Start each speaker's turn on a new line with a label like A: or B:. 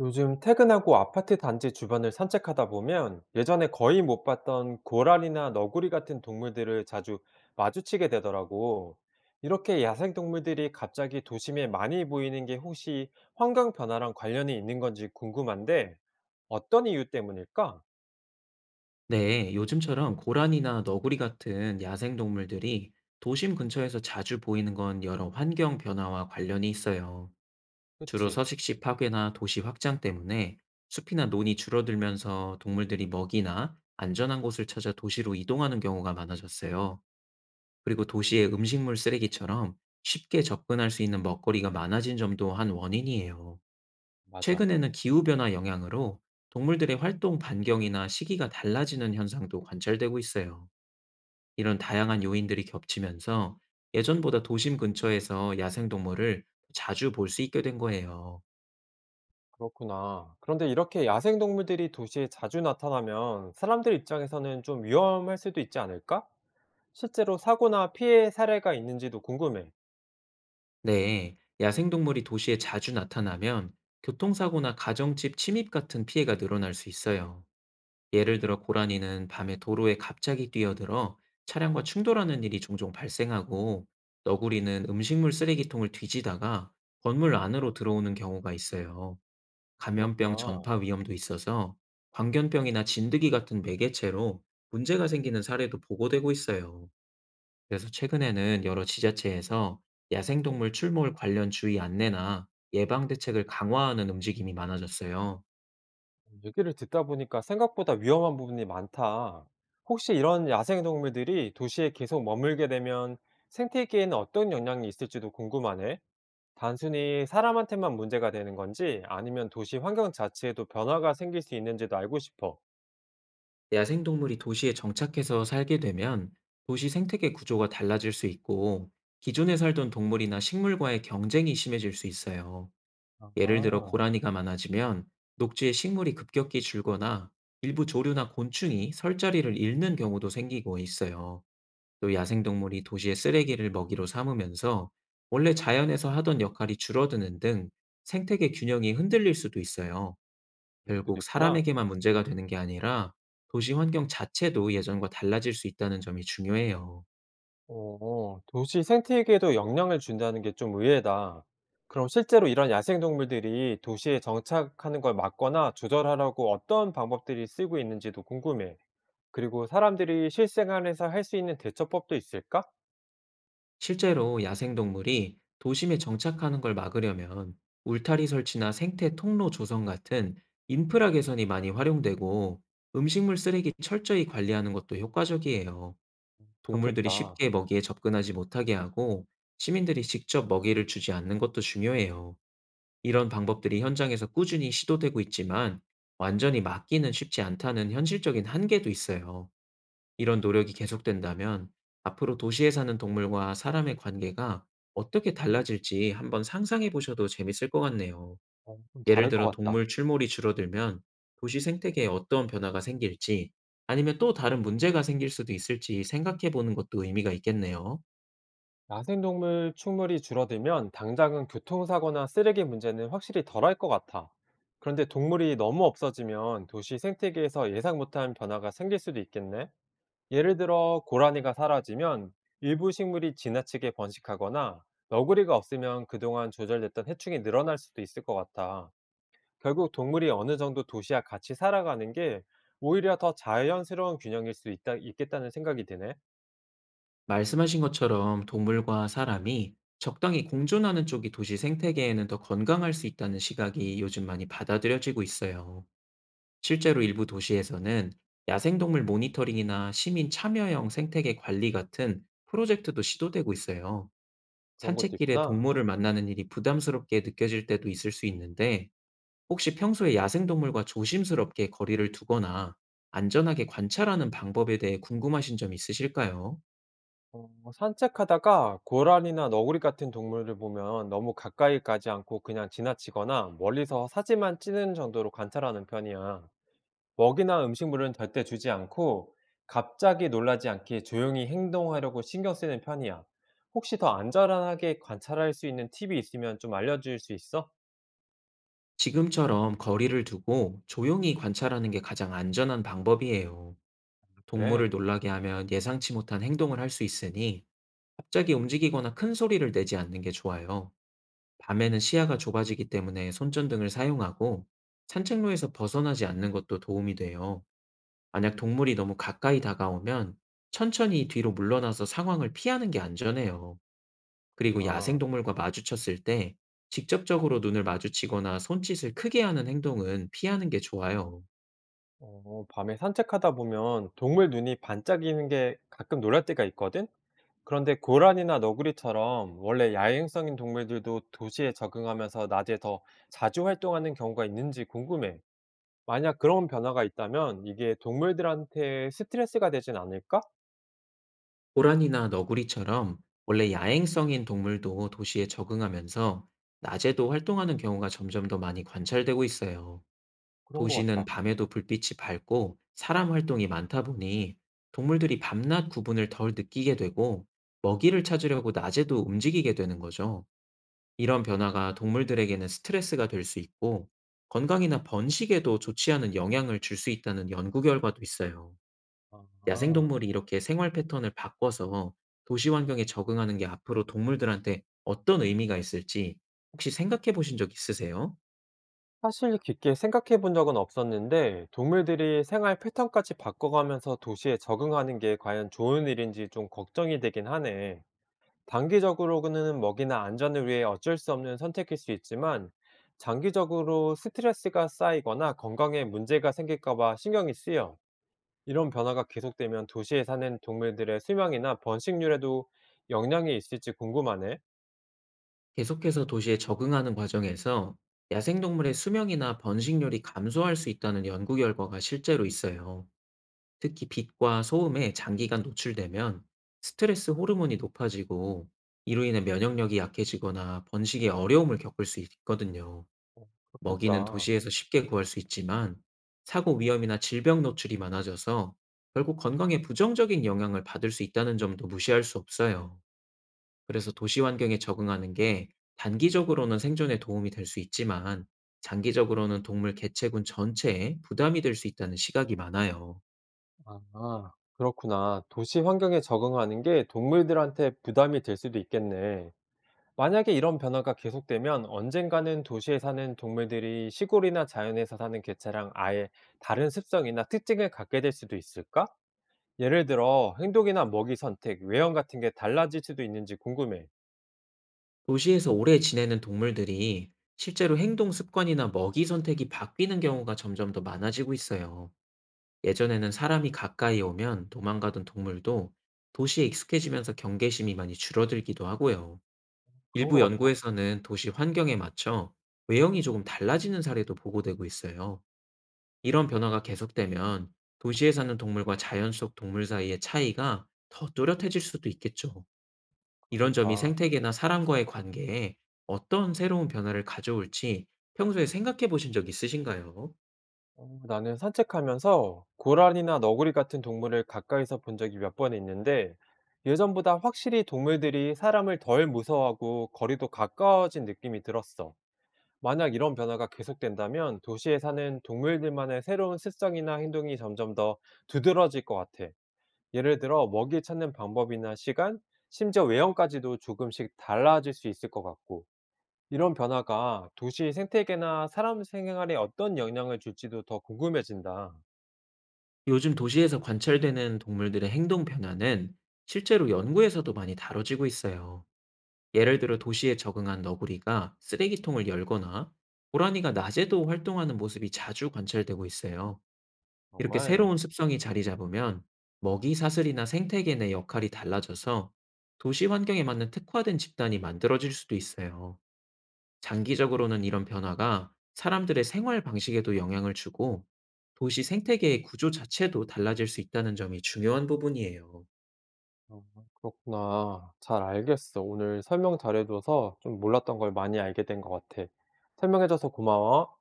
A: 요즘 퇴근하고 아파트 단지 주변을 산책하다 보면 예전에 거의 못 봤던 고라니나 너구리 같은 동물들을 자주 마주치게 되더라고. 이렇게 야생 동물들이 갑자기 도심에 많이 보이는 게 혹시 환경 변화랑 관련이 있는 건지 궁금한데 어떤 이유 때문일까?
B: 네, 요즘처럼 고란이나 너구리 같은 야생동물들이 도심 근처에서 자주 보이는 건 여러 환경 변화와 관련이 있어요. 주로
A: 그치,
B: 서식지 파괴나 도시 확장 때문에 숲이나 논이 줄어들면서 동물들이 먹이나 안전한 곳을 찾아 도시로 이동하는 경우가 많아졌어요. 그리고 도시의 음식물 쓰레기처럼 쉽게 접근할 수 있는 먹거리가 많아진 점도 한 원인이에요.
A: 맞아.
B: 최근에는 기후변화 영향으로 동물들의 활동 반경이나 시기가 달라지는 현상도 관찰되고 있어요. 이런 다양한 요인들이 겹치면서 예전보다 도심 근처에서 야생동물을 자주 볼 수 있게 된 거예요.
A: 그렇구나. 그런데 이렇게 야생 동물들이 도시에 자주 나타나면 사람들 입장에서는 좀 위험할 수도 있지 않을까? 실제로 사고나 피해 사례가 있는지도 궁금해.
B: 네, 야생동물이 도시에 자주 나타나면 교통사고나 가정집 침입 같은 피해가 늘어날 수 있어요. 예를 들어, 고라니는 밤에 도로에 갑자기 뛰어들어 차량과 충돌하는 일이 종종 발생하고, 너구리는 음식물 쓰레기통을 뒤지다가 건물 안으로 들어오는 경우가 있어요. 감염병
A: 그렇구나.
B: 전파 위험도 있어서 광견병이나 진드기 같은 매개체로 문제가 생기는 사례도 보고되고 있어요. 그래서 최근에는 여러 지자체에서 야생동물 출몰 관련 주의 안내나 예방 대책을 강화하는 움직임이 많아졌어요.
A: 얘기를 듣다 보니까 생각보다 위험한 부분이 많다. 혹시 이런 야생동물들이 도시에 계속 머물게 되면 생태계에는 어떤 영향이 있을지도 궁금하네. 단순히 사람한테만 문제가 되는 건지 아니면 도시 환경 자체에도 변화가 생길 수 있는지도 알고 싶어.
B: 야생동물이 도시에 정착해서 살게 되면 도시 생태계 구조가 달라질 수 있고, 기존에 살던 동물이나 식물과의 경쟁이 심해질 수 있어요. 예를 들어,
A: 아,
B: 고라니가 많아지면 녹지의 식물이 급격히 줄거나 일부 조류나 곤충이 설 자리를 잃는 경우도 생기고 있어요. 또 야생동물이 도시의 쓰레기를 먹이로 삼으면서 원래 자연에서 하던 역할이 줄어드는 등 생태계 균형이 흔들릴 수도 있어요.
A: 그럴 수도
B: 결국
A: 있구나.
B: 사람에게만 문제가 되는 게 아니라, 도시 환경 자체도 예전과 달라질 수 있다는 점이 중요해요.
A: 어, 도시 생태계에도 영향을 준다는 게 좀 의외다. 그럼 실제로 이런 야생동물들이 도시에 정착하는 걸 막거나 조절하려고 어떤 방법들이 쓰고 있는지도 궁금해. 그리고 사람들이 실생활에서 할 수 있는 대처법도 있을까?
B: 실제로 야생동물이 도심에 정착하는 걸 막으려면 울타리 설치나 생태 통로 조성 같은 인프라 개선이 많이 활용되고, 음식물 쓰레기 철저히 관리하는 것도 효과적이에요. 동물들이
A: 그렇겠다.
B: 쉽게 먹이에 접근하지 못하게 하고, 시민들이 직접 먹이를 주지 않는 것도 중요해요. 이런 방법들이 현장에서 꾸준히 시도되고 있지만, 완전히 막기는 쉽지 않다는 현실적인 한계도 있어요. 이런 노력이 계속된다면 앞으로 도시에 사는 동물과 사람의 관계가 어떻게 달라질지 한번 상상해 보셔도 재밌을 것 같네요.
A: 어, 좀
B: 예를
A: 다를
B: 들어,
A: 것 같다.
B: 동물 출몰이 줄어들면 도시 생태계에 어떤 변화가 생길지, 아니면 또 다른 문제가 생길 수도 있을지 생각해 보는 것도 의미가 있겠네요.
A: 야생동물 출몰이 줄어들면 당장은 교통사고나 쓰레기 문제는 확실히 덜할 것 같아. 그런데 동물이 너무 없어지면 도시 생태계에서 예상 못한 변화가 생길 수도 있겠네. 예를 들어 고라니가 사라지면 일부 식물이 지나치게 번식하거나 너구리가 없으면 그동안 조절됐던 해충이 늘어날 수도 있을 것 같아. 결국 동물이 어느 정도 도시와 같이 살아가는 게 오히려 더 자연스러운 균형일 수 있다, 있겠다는 생각이 드네.
B: 말씀하신 것처럼 동물과 사람이 적당히 공존하는 쪽이 도시 생태계에는 더 건강할 수 있다는 시각이 요즘 많이 받아들여지고 있어요. 실제로 일부 도시에서는 야생동물 모니터링이나 시민 참여형 생태계 관리 같은 프로젝트도 시도되고 있어요.
A: 그런 것도
B: 산책길에
A: 있구나.
B: 동물을 만나는 일이 부담스럽게 느껴질 때도 있을 수 있는데, 혹시 평소에 야생동물과 조심스럽게 거리를 두거나 안전하게 관찰하는 방법에 대해 궁금하신 점 있으실까요?
A: 어, 산책하다가 고라니나 너구리 같은 동물을 보면 너무 가까이 가지 않고 그냥 지나치거나 멀리서 사진만 찌는 정도로 관찰하는 편이야. 먹이나 음식물은 절대 주지 않고 갑자기 놀라지 않게 조용히 행동하려고 신경 쓰는 편이야. 혹시 더 안전하게 관찰할 수 있는 팁이 있으면 좀 알려줄 수 있어?
B: 지금처럼 거리를 두고 조용히 관찰하는 게 가장 안전한 방법이에요.
A: 그래.
B: 동물을 놀라게 하면 예상치 못한 행동을 할 수 있으니 갑자기 움직이거나 큰 소리를 내지 않는 게 좋아요. 밤에는 시야가 좁아지기 때문에 손전등을 사용하고, 산책로에서 벗어나지 않는 것도 도움이 돼요. 만약 동물이 너무 가까이 다가오면 천천히 뒤로 물러나서 상황을 피하는 게 안전해요. 그리고
A: 나
B: 야생동물과 마주쳤을 때 직접적으로 눈을 마주치거나 손짓을 크게 하는 행동은 피하는 게 좋아요.
A: 어, 밤에 산책하다 보면 동물 눈이 반짝이는 게 가끔 놀랄 때가 있거든? 그런데 고란이나 너구리처럼 원래 야행성인 동물들도 도시에 적응하면서 낮에 더 자주 활동하는 경우가 있는지 궁금해. 만약 그런 변화가 있다면 이게 동물들한테 스트레스가 되진 않을까?
B: 고라니나 너구리처럼 원래 야행성인 동물도 도시에 적응하면서 낮에도 활동하는 경우가 점점 더 많이 관찰되고 있어요.
A: 그런 것
B: 도시는
A: 같아.
B: 밤에도 불빛이 밝고 사람 활동이 많다 보니 동물들이 밤낮 구분을 덜 느끼게 되고, 먹이를 찾으려고 낮에도 움직이게 되는 거죠. 이런 변화가 동물들에게는 스트레스가 될 수 있고, 건강이나 번식에도 좋지 않은 영향을 줄 수 있다는 연구 결과도 있어요.
A: 아.
B: 야생동물이 이렇게 생활 패턴을 바꿔서 도시 환경에 적응하는 게 앞으로 동물들한테 어떤 의미가 있을지 혹시 생각해 보신 적 있으세요?
A: 사실 깊게 생각해 본 적은 없었는데 동물들이 생활 패턴까지 바꿔가면서 도시에 적응하는 게 과연 좋은 일인지 좀 걱정이 되긴 하네. 단기적으로는 먹이나 안전을 위해 어쩔 수 없는 선택일 수 있지만 장기적으로 스트레스가 쌓이거나 건강에 문제가 생길까 봐 신경이 쓰여. 이런 변화가 계속되면 도시에 사는 동물들의 수명이나 번식률에도 영향이 있을지 궁금하네.
B: 계속해서 도시에 적응하는 과정에서 야생동물의 수명이나 번식률이 감소할 수 있다는 연구 결과가 실제로 있어요. 특히 빛과 소음에 장기간 노출되면 스트레스 호르몬이 높아지고, 이로 인해 면역력이 약해지거나 번식에 어려움을 겪을 수 있거든요. 먹이는
A: 그렇겠다.
B: 도시에서 쉽게 구할 수 있지만 사고 위험이나 질병 노출이 많아져서 결국 건강에 부정적인 영향을 받을 수 있다는 점도 무시할 수 없어요. 그래서 도시 환경에 적응하는 게 단기적으로는 생존에 도움이 될 수 있지만, 장기적으로는 동물 개체군 전체에 부담이 될 수 있다는 시각이 많아요.
A: 아, 그렇구나. 도시 환경에 적응하는 게 동물들한테 부담이 될 수도 있겠네. 만약에 이런 변화가 계속되면 언젠가는 도시에 사는 동물들이 시골이나 자연에서 사는 개체랑 아예 다른 습성이나 특징을 갖게 될 수도 있을까? 예를 들어 행동이나 먹이 선택, 외형 같은 게 달라질 수도 있는지 궁금해.
B: 도시에서 오래 지내는 동물들이 실제로 행동 습관이나 먹이 선택이 바뀌는 경우가 점점 더 많아지고 있어요. 예전에는 사람이 가까이 오면 도망가던 동물도 도시에 익숙해지면서 경계심이 많이 줄어들기도 하고요.
A: 그런
B: 일부
A: 것 같다.
B: 연구에서는 도시 환경에 맞춰 외형이 조금 달라지는 사례도 보고되고 있어요. 이런 변화가 계속되면 도시에 사는 동물과 자연 속 동물 사이의 차이가 더 뚜렷해질 수도 있겠죠. 이런 점이
A: 그렇겠다.
B: 생태계나 사람과의 관계에 어떤 새로운 변화를 가져올지 평소에 생각해 보신 적 있으신가요?
A: 어, 나는 산책하면서 고라니나 너구리 같은 동물을 가까이서 본 적이 몇 번 있는데 예전보다 확실히 동물들이 사람을 덜 무서워하고 거리도 가까워진 느낌이 들었어. 만약 이런 변화가 계속된다면 도시에 사는 동물들만의 새로운 습성이나 행동이 점점 더 두드러질 것 같아. 예를 들어 먹이 찾는 방법이나 시간, 심지어 외형까지도 조금씩 달라질 수 있을 것 같고. 이런 변화가 도시 생태계나 사람 생활에 어떤 영향을 줄지도 더 궁금해진다.
B: 요즘 도시에서 관찰되는 동물들의 행동 변화는 실제로 연구에서도 많이 다뤄지고 있어요. 예를 들어, 도시에 적응한 너구리가 쓰레기통을 열거나 고라니가 낮에도 활동하는 모습이 자주 관찰되고 있어요. 이렇게
A: 정말?
B: 새로운 습성이 자리 잡으면 먹이 사슬이나 생태계 내 역할이 달라져서 도시 환경에 맞는 특화된 집단이 만들어질 수도 있어요. 장기적으로는 이런 변화가 사람들의 생활 방식에도 영향을 주고, 도시 생태계의 구조 자체도 달라질 수 있다는 점이 중요한 부분이에요.
A: 어, 그렇구나. 잘 알겠어. 오늘 설명 잘해 줘서 좀 몰랐던 걸 많이 알게 된 것 같아. 설명해 줘서 고마워.